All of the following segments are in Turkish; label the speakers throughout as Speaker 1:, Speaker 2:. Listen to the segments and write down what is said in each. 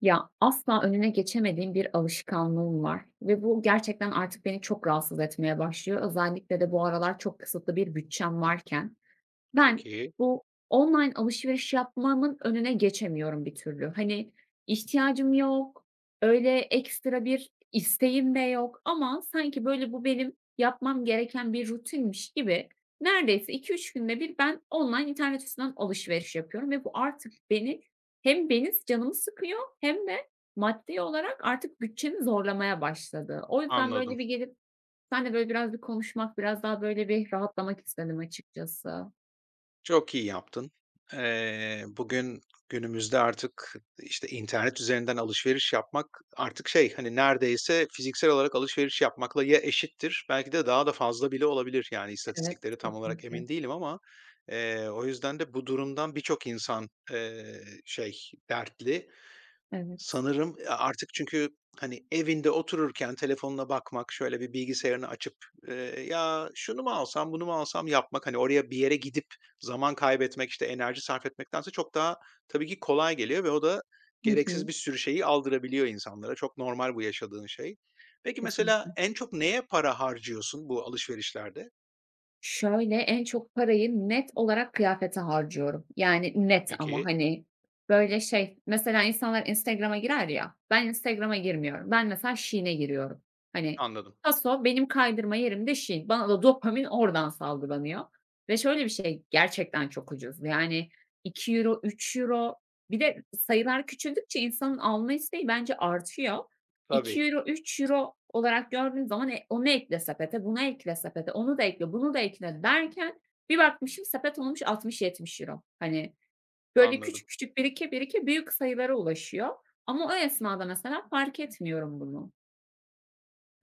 Speaker 1: Ya, asla önüne geçemediğim bir alışkanlığım var ve bu gerçekten artık beni çok rahatsız etmeye başlıyor. Özellikle de bu aralar çok kısıtlı bir bütçem varken.
Speaker 2: Çok
Speaker 1: Ben
Speaker 2: iyi,
Speaker 1: bu online alışveriş yapmamın önüne geçemiyorum bir türlü. Hani, ihtiyacım yok, öyle ekstra bir isteğim de yok ama sanki, böyle, bu benim yapmam gereken bir rutinmiş gibi neredeyse iki üç günde bir ben online internet üstünden alışveriş yapıyorum ve bu artık hem beni canımı sıkıyor hem de maddi olarak artık bütçemi zorlamaya başladı. O yüzden,
Speaker 2: anladım.
Speaker 1: böyle, bir gelip seninle, böyle, biraz bir konuşmak, biraz daha, böyle, bir rahatlamak istedim açıkçası.
Speaker 2: Çok iyi yaptın. Bugün günümüzde artık, işte, internet üzerinden alışveriş yapmak artık şey, hani, neredeyse fiziksel olarak alışveriş yapmakla ya eşittir, belki de daha da fazla bile olabilir. Yani,
Speaker 1: Evet,
Speaker 2: istatistikleri tam olarak
Speaker 1: kesinlikle.
Speaker 2: emin değilim ama, o yüzden de bu durumdan birçok insan, şey, dertli
Speaker 1: Evet.
Speaker 2: sanırım, artık çünkü, hani, evinde otururken telefonuna bakmak, şöyle bir bilgisayarını açıp, "Ya, şunu mu alsam, bunu mu alsam?" yapmak, hani, oraya bir yere gidip zaman kaybetmek, işte, enerji sarf etmektense çok daha tabii ki kolay geliyor ve o da
Speaker 1: Hı
Speaker 2: gereksiz
Speaker 1: hı.
Speaker 2: bir sürü şeyi aldırabiliyor insanlara. Çok normal bu yaşadığın şey. Peki, mesela
Speaker 1: Kesinlikle.
Speaker 2: en çok neye para harcıyorsun bu alışverişlerde?
Speaker 1: Şöyle, en çok parayı net olarak kıyafete harcıyorum. Yani net ama,
Speaker 2: Peki.
Speaker 1: hani, böyle, şey, mesela insanlar Instagram'a girer ya, ben Instagram'a girmiyorum. Ben mesela Shein'e giriyorum. Hani,
Speaker 2: Anladım.
Speaker 1: taso benim kaydırma yerim de Shein. Bana da dopamin oradan salgılanıyor ve şöyle bir şey, gerçekten çok ucuz. Yani iki euro, €3. Bir de sayılar küçüldükçe insanın alma isteği bence artıyor.
Speaker 2: Tabii,
Speaker 1: İki euro, üç, €3 olarak gördüğün zaman, e, onu ekle sepete, bunu ekle sepete, onu da ekle, bunu da ekle derken bir bakmışım sepet olmuş €60-70. Hani, böyle
Speaker 2: anladım.
Speaker 1: küçük küçük birike birike büyük sayılara ulaşıyor ama o esnada mesela fark etmiyorum bunu.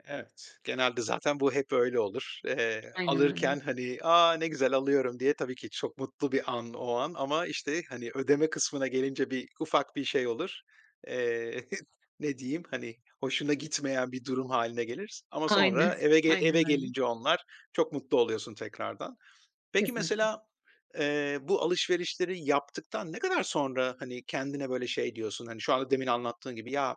Speaker 2: Evet, genelde zaten bu hep öyle olur. Eee,
Speaker 1: Aynen öyle.
Speaker 2: alırken, hani, "aa, ne güzel alıyorum." diye tabii ki çok mutlu bir an o an ama, işte, hani, ödeme kısmına gelince bir ufak bir şey olur. Eee, ne diyeyim, hani, hoşuna gitmeyen bir durum haline gelir ama
Speaker 1: Aynen,
Speaker 2: sonra eve ge eve
Speaker 1: aynen öyle.
Speaker 2: gelince onlar çok mutlu oluyorsun tekrardan. Peki
Speaker 1: Kesinlikle.
Speaker 2: mesela, bu alışverişleri yaptıktan ne kadar sonra, hani, kendine böyle şey diyorsun, hani, şu anda demin anlattığın gibi, "Ya,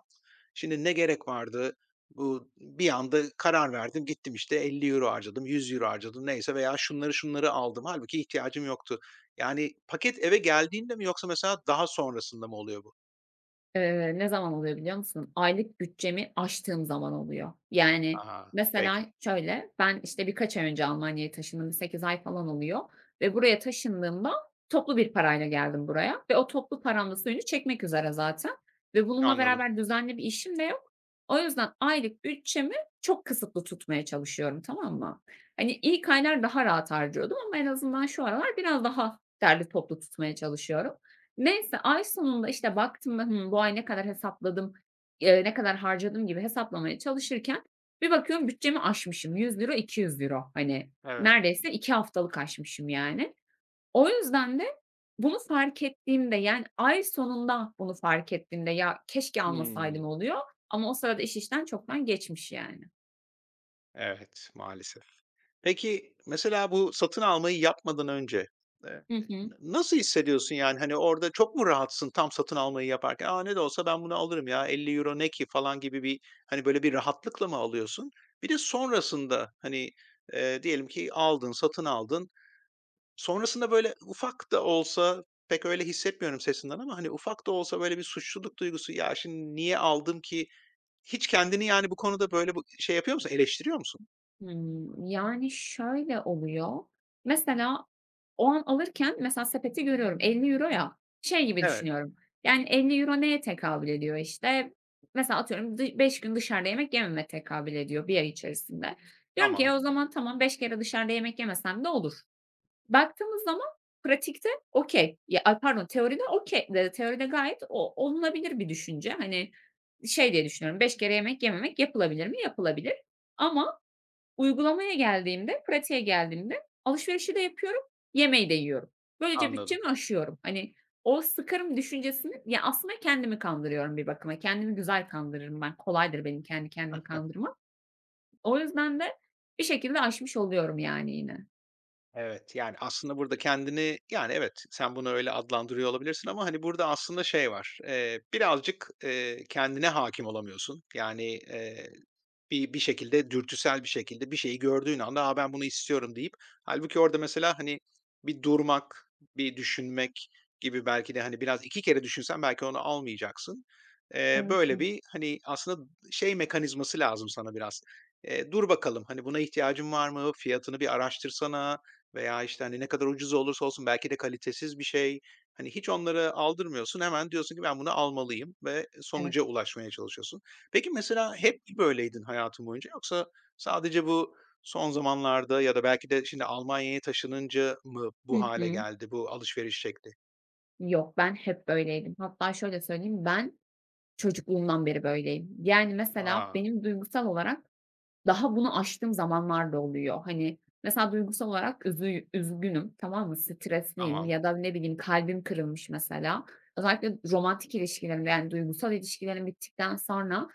Speaker 2: şimdi ne gerek vardı? Bu bir anda karar verdim, gittim, işte, €50 harcadım, €100 harcadım neyse veya şunları şunları aldım. Halbuki ihtiyacım yoktu." Yani, paket eve geldiğinde mi yoksa mesela daha sonrasında mı oluyor bu?
Speaker 1: Ne zaman oluyor biliyor musun? Aylık bütçemi aştığım zaman oluyor. Yani,
Speaker 2: Aha, peki,
Speaker 1: mesela şöyle, ben, işte, birkaç ay önce Almanya'ya taşındım. Bir 8 ay falan oluyor ve buraya taşındığımda toplu bir parayla geldim buraya ve o toplu paramla suyunu çekmek üzere zaten ve bununla
Speaker 2: anladım.
Speaker 1: beraber düzenli bir işim de yok. O yüzden aylık bütçemi çok kısıtlı tutmaya çalışıyorum, tamam mı? Hani, ilk aylar daha rahat harcıyordum ama en azından şu aralar biraz daha derli toplu tutmaya çalışıyorum. Neyse, ay sonunda, işte, baktım ben, bu ay ne kadar hesapladım, ne kadar harcadım gibi hesaplamaya çalışırken bir bakıyorum bütçemi aşmışım. €100, €200. Hani,
Speaker 2: Evet.
Speaker 1: neredeyse 2 haftalık aşmışım yani. O yüzden de bunu fark ettiğimde, yani, ay sonunda bunu fark ettiğimde, "Ya, keşke almasaydım."
Speaker 2: Hımm.
Speaker 1: oluyor ama o sırada iş işten çoktan geçmiş yani.
Speaker 2: Evet, maalesef. Peki, mesela bu satın almayı yapmadan önce, eee,
Speaker 1: Hı hı.
Speaker 2: nasıl hissediyorsun? Yani, hani, orada çok mu rahatsın tam satın almayı yaparken? "A, ne de olsa ben bunu alırım ya, €50 ne ki?" falan gibi bir, hani, böyle bir rahatlıkla mı alıyorsun? Bir de sonrasında, hani, diyelim ki aldın, satın aldın. Sonrasında böyle ufak da olsa, pek öyle hissetmiyorum sesinden ama, hani, ufak da olsa böyle bir suçluluk duygusu, "Ya, şimdi niye aldım ki?" Hiç kendini, yani, bu konuda böyle bu şey yapıyor musun, eleştiriyor musun?
Speaker 1: Hımm. Yani, şöyle oluyor. Mesela o an alırken mesela sepeti görüyorum. Elli euro ya, şey gibi
Speaker 2: Evet.
Speaker 1: düşünüyorum. Yani, €50 neye tekabül ediyor işte? Mesela atıyorum 5 gün dışarıda yemek yememe tekabül ediyor bir ay içerisinde. Diyorum ki, "E,
Speaker 2: Tamam.
Speaker 1: o zaman tamam 5 kere dışarıda yemek yemesem de olur." Baktığımız zaman pratikte okay. Ya, ay, pardon, teoride okay, teoride gayet o olunabilir bir düşünce. Hani, şey diye düşünüyorum, 5 kere yemek yememek yapılabilir mi? Yapılabilir ama uygulamaya geldiğimde, pratiğe geldiğimde alışverişi de yapıyorum, yemeği de yiyorum. Böylece
Speaker 2: Anladım.
Speaker 1: bütçemi aşıyorum. Hani, o sıkarım düşüncesini ya, aslında kendimi kandırıyorum bir bakıma. Kendimi güzel kandırırım ben. Kolaydır benim kendi kendimi kandırmam. O yüzden de bir şekilde aşmış oluyorum yani yine.
Speaker 2: Evet, yani, aslında burada kendini. Yani, evet, sen bunu öyle adlandırıyor olabilirsin ama, hani, burada aslında şey var, birazcık, kendine hakim olamıyorsun. Yani, bir şekilde dürtüsel bir şekilde bir şeyi gördüğün anda, "A, ben bunu istiyorum." deyip halbuki orada mesela, hani, bir durmak, bir düşünmek gibi belki de, hani, biraz 2 kere düşünsen belki onu almayacaksın. Eee,
Speaker 1: Evet,
Speaker 2: böyle
Speaker 1: evet,
Speaker 2: bir, hani, aslında şey mekanizması lazım sana biraz. "Dur bakalım, hani, buna ihtiyacın var mı? Fiyatını bir araştırsana." veya, işte, hani, ne kadar ucuz olursa olsun belki de kalitesiz bir şey. Hani, hiç onları aldırmıyorsun. Hemen diyorsun ki, "Ben bunu almalıyım." ve
Speaker 1: evet.
Speaker 2: sonuca ulaşmaya çalışıyorsun. Peki mesela hep mi böyleydin hayatın boyunca yoksa sadece bu son zamanlarda ya da belki de şimdi Almanya'ya taşınınca mı
Speaker 1: Hı
Speaker 2: bu hale
Speaker 1: hı.
Speaker 2: geldi bu alışveriş şekli?
Speaker 1: Yok, ben hep böyleydim. Hatta şöyle söyleyeyim, ben çocukluğumdan beri böyleyim. Yani, mesela
Speaker 2: A!
Speaker 1: benim duygusal olarak daha bunu aştığım zamanlar da oluyor. Hani, mesela duygusal olarak üzgünüm, tamam mı? Stresliyim
Speaker 2: Tamam,
Speaker 1: ya da ne bileyim kalbim kırılmış mesela. Özellikle romantik ilişkilerim, yani, duygusal ilişkilerim bittikten sonra,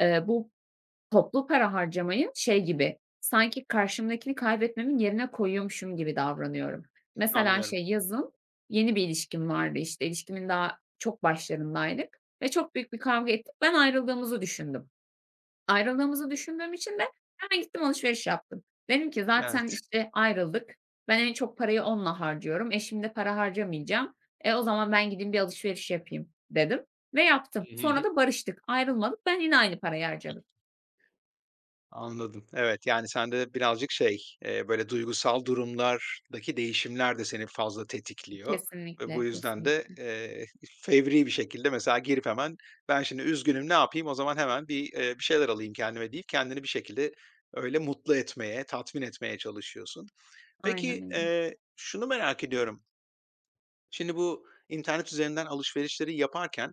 Speaker 1: bu toplu para harcamayı şey gibi, sanki karşımdakini kaybetmemin yerine koyuyormuşum gibi davranıyorum. Mesela
Speaker 2: anlıyorum.
Speaker 1: şey yazın yeni bir ilişkim vardı, işte, ilişkimin daha çok başlarındaydık ve çok büyük bir kavga ettik. Ben ayrıldığımızı düşündüm. Ayrıldığımızı düşündüğüm için de hemen gittim alışveriş yaptım. Dedim ki zaten, işte, ayrıldık. Ben en çok parayı onunla harcıyorum. Eşimle para harcamayacağım. E, o zaman ben gideyim bir alışveriş yapayım dedim ve yaptım. Sonra
Speaker 2: Evet.
Speaker 1: da barıştık, ayrılmadık. Ben yine aynı parayı harcadım.
Speaker 2: Anladım. Evet, yani sende birazcık şey, böyle duygusal durumlardaki değişimler de seni fazla tetikliyor ve bu
Speaker 1: Kesinlikle,
Speaker 2: yüzden
Speaker 1: kesinlikle.
Speaker 2: de, fevri bir şekilde mesela girip hemen ben şimdi üzgünüm ne yapayım o zaman hemen bir şeyler alayım kendime deyip kendini bir şekilde öyle mutlu etmeye, tatmin etmeye çalışıyorsun.
Speaker 1: Aynen
Speaker 2: Peki,
Speaker 1: öyle.
Speaker 2: şunu merak ediyorum. Şimdi bu internet üzerinden alışverişleri yaparken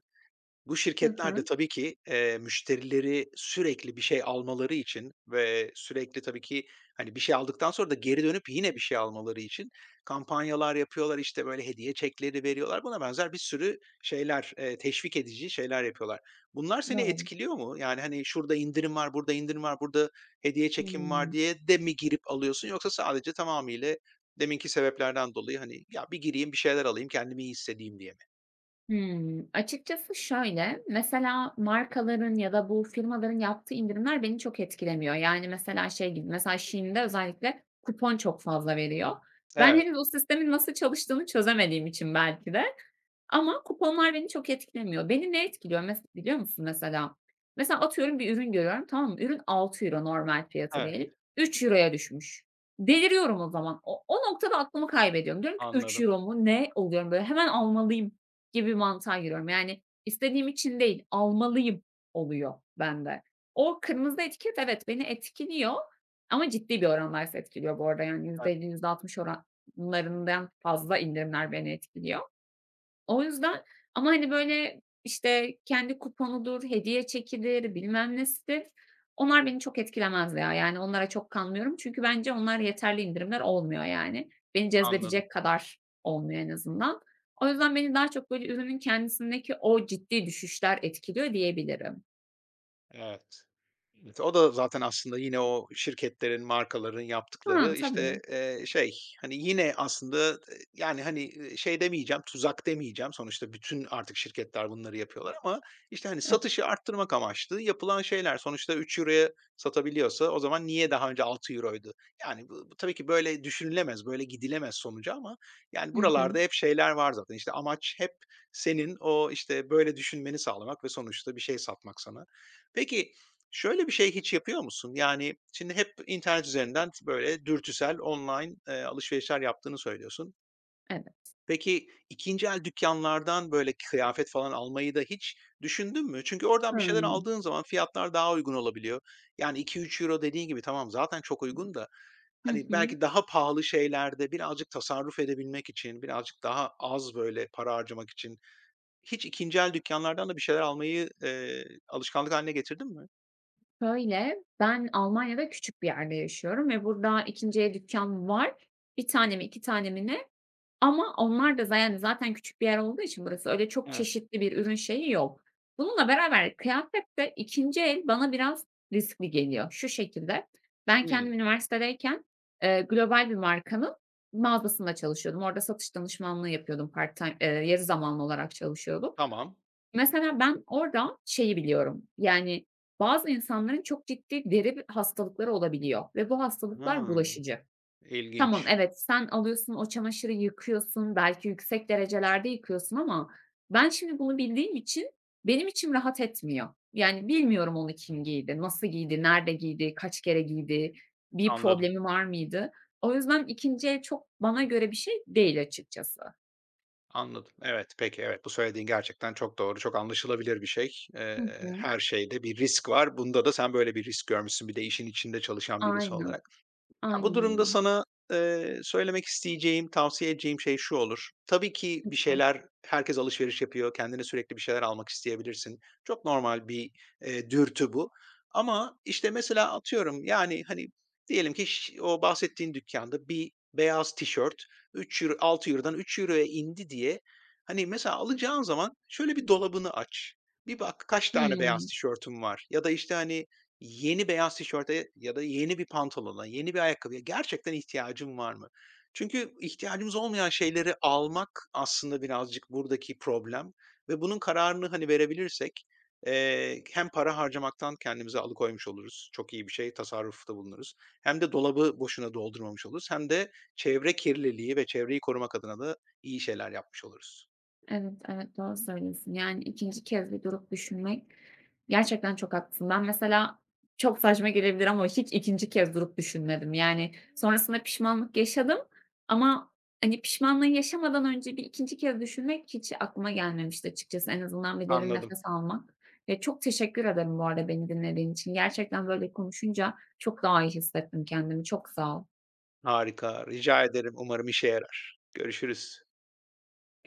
Speaker 2: bu
Speaker 1: Hı
Speaker 2: şirketler de
Speaker 1: hı.
Speaker 2: tabii ki, müşterileri sürekli bir şey almaları için ve sürekli tabii ki, hani, bir şey aldıktan sonra da geri dönüp yine bir şey almaları için kampanyalar yapıyorlar, işte, böyle, hediye çekleri veriyorlar. Buna benzer bir sürü şeyler, teşvik edici şeyler yapıyorlar. Bunlar seni
Speaker 1: Doğru.
Speaker 2: etkiliyor mu? Yani, hani, şurada indirim var, burada indirim var, burada hediye çekim var
Speaker 1: Hımm.
Speaker 2: diye de mi girip alıyorsun yoksa sadece tamamıyla deminki sebeplerden dolayı, hani, ya, bir gireyim, bir şeyler alayım, kendimi iyi hissedeyim diye mi?
Speaker 1: Hımm. Açıkçası şöyle, mesela markaların ya da bu firmaların yaptığı indirimler beni çok etkilemiyor. Yani, mesela şey gibi, mesela Shein'de özellikle kupon çok fazla veriyor. Ben
Speaker 2: Evet,
Speaker 1: henüz o sistemin nasıl çalıştığını çözemediğim için belki de ama kuponlar beni çok etkilemiyor. Beni ne etkiliyor, biliyor musun, mesela? Mesela atıyorum bir ürün görüyorum, tamam mı? Ürün €6 normal fiyatı
Speaker 2: evet,
Speaker 1: diyelim, €3'ya düşmüş. Deliriyorum o zaman. O noktada aklımı kaybediyorum. Diyorum ki
Speaker 2: anladım.
Speaker 1: €3 mu? Ne? Oluyorum böyle, hemen almalıyım gibi bir mantığa giriyorum. Yani istediğim için değil, almalıyım oluyor bende. O kırmızı etiket, evet, beni etkiliyor ama ciddi bir orandaysa etkiliyor bu arada. Yani %50, altmış oranlarından fazla indirimler beni etkiliyor. O yüzden ama, hani, böyle, işte, kendi kuponudur, hediye çekidir, bilmem nesidir. Onlar beni çok etkilemez ya, yani, onlara çok kanmıyorum. Çünkü bence onlar yeterli indirimler olmuyor, yani. Beni
Speaker 2: Anladım.
Speaker 1: cezbedecek kadar olmuyor en azından. O yüzden beni daha çok, böyle, ürünün kendisindeki o ciddi düşüşler etkiliyor diyebilirim.
Speaker 2: Evet. Evet, o da zaten aslında yine o şirketlerin, markaların
Speaker 1: Ha,
Speaker 2: yaptıkları,
Speaker 1: tabii.
Speaker 2: işte, şey, hani, yine aslında, yani, hani, şey demeyeceğim, tuzak demeyeceğim. Sonuçta bütün artık şirketler bunları yapıyorlar ama, işte, hani,
Speaker 1: Evet.
Speaker 2: satışı arttırmak amaçlı yapılan şeyler. Sonuçta €3'ya satabiliyorsa o zaman niye daha önce €6'ydu? Yani, bu tabii ki böyle düşünülemez, böyle gidilemez sonuca ama, yani,
Speaker 1: Hı hı.
Speaker 2: buralarda hep şeyler var zaten. İşte, amaç hep senin o, işte, böyle düşünmeni sağlamak ve sonuçta bir şey satmak sana. Peki, şöyle bir şey hiç yapıyor musun? Yani, şimdi hep internet üzerinden böyle dürtüsel online, alışverişler yaptığını söylüyorsun.
Speaker 1: Evet.
Speaker 2: Peki 2'nci el dükkânlardan böyle kıyafet falan almayı da hiç düşündün mü? Çünkü oradan bir şeyler
Speaker 1: Hımm.
Speaker 2: aldığın zaman fiyatlar daha uygun olabiliyor. Yani iki üç euro dediğin gibi tamam zaten çok uygun da,
Speaker 1: Hı
Speaker 2: hani,
Speaker 1: hı.
Speaker 2: belki daha pahalı şeylerde birazcık tasarruf edebilmek için, birazcık daha az böyle para harcamak için hiç 2'nci el dükkânlardan da bir şeyler almayı, alışkanlık haline getirdin mi?
Speaker 1: Şöyle, ben Almanya'da küçük bir yerde yaşıyorum ve burada 2'nciye dükkan var. Bir tane mi 2 tane mi ne, ama onlar da yani, zaten küçük bir yer olduğu için burası, öyle çok
Speaker 2: Evet.
Speaker 1: çeşitli bir ürün şeyi yok. Bununla beraber kıyafet de ikinci el bana biraz riskli geliyor. Şu şekilde, ben kendim üniversitedeyken, global bir markanın mağazasında çalışıyordum. Orada satış danışmanlığı yapıyordum part time, yarı zamanlı olarak çalışıyordum.
Speaker 2: Tamam.
Speaker 1: Mesela ben orada şeyi biliyorum, yani, bazı insanların çok ciddi deri hastalıkları olabiliyor ve bu
Speaker 2: Ha,
Speaker 1: hastalıklar bulaşıcı. Tamam,
Speaker 2: ilginç.
Speaker 1: evet, sen alıyorsun, o çamaşırı yıkıyorsun, belki yüksek derecelerde yıkıyorsun ama ben şimdi bunu bildiğim için benim içim rahat etmiyor. Yani bilmiyorum onu kim giydi, nasıl giydi, nerede giydi, kaç kere giydi, bir
Speaker 2: Anladım,
Speaker 1: problemi var mıydı? O yüzden 2'nci el çok bana göre bir şey değil açıkçası.
Speaker 2: anladım. Evet, peki, evet, bu söylediğin gerçekten çok doğru, çok anlaşılabilir bir şey.
Speaker 1: Hı
Speaker 2: Eee,
Speaker 1: hı.
Speaker 2: her şeyde bir risk var. Bunda da sen böyle bir risk görmüşsün. Bir de işin içinde çalışan birisi
Speaker 1: Aynen,
Speaker 2: olarak. Ya, bu
Speaker 1: aynen
Speaker 2: durumda
Speaker 1: öyle.
Speaker 2: sana, söylemek isteyeceğim, tavsiye edeceğim şey şu olur. Tabii ki bir
Speaker 1: Lütfen.
Speaker 2: şeyler herkes alışveriş yapıyor, kendine sürekli bir şeyler almak isteyebilirsin. Çok normal bir, dürtü bu ama, işte, mesela atıyorum, yani, hani, diyelim ki o bahsettiğin dükkânda bir beyaz tişört €3 €6'dan €3'ya indi diye, hani, mesela alacağın zaman şöyle bir dolabını aç, bir bak kaç tane
Speaker 1: Hıı.
Speaker 2: beyaz tişörtüm var ya da, işte, hani, yeni beyaz tişörte ya da yeni bir pantolona, yeni bir ayakkabıya gerçekten ihtiyacım var mı? Çünkü ihtiyacımız olmayan şeyleri almak aslında birazcık buradaki problem ve bunun kararını, hani, verebilirsek, hem para harcamaktan kendimizi alıkoymuş oluruz. Çok iyi bir şey, tasarrufta bulunuruz. Hem de dolabı boşuna doldurmamış oluruz hem de çevre kirliliği ve çevreyi korumak adına da iyi şeyler yapmış oluruz.
Speaker 1: Evet, evet, doğru söylüyorsun. Yani ikinci kez bir durup düşünmek, gerçekten çok haklısın. Ben mesela çok saçma gelebilir ama hiç ikinci kez durup düşünmedim. Yani sonrasında pişmanlık yaşadım ama, hani, pişmanlığı yaşamadan önce bir ikinci kez düşünmek hiç aklıma gelmemişti açıkçası. En azından bir derin
Speaker 2: Anladım.
Speaker 1: nefes almak. Ya, çok teşekkür ederim bu arada beni dinlediğin için. Gerçekten böyle konuşunca çok daha iyi hissettim kendimi. Çok sağ ol.
Speaker 2: Harika. Rica ederim. Umarım işe yarar. Görüşürüz.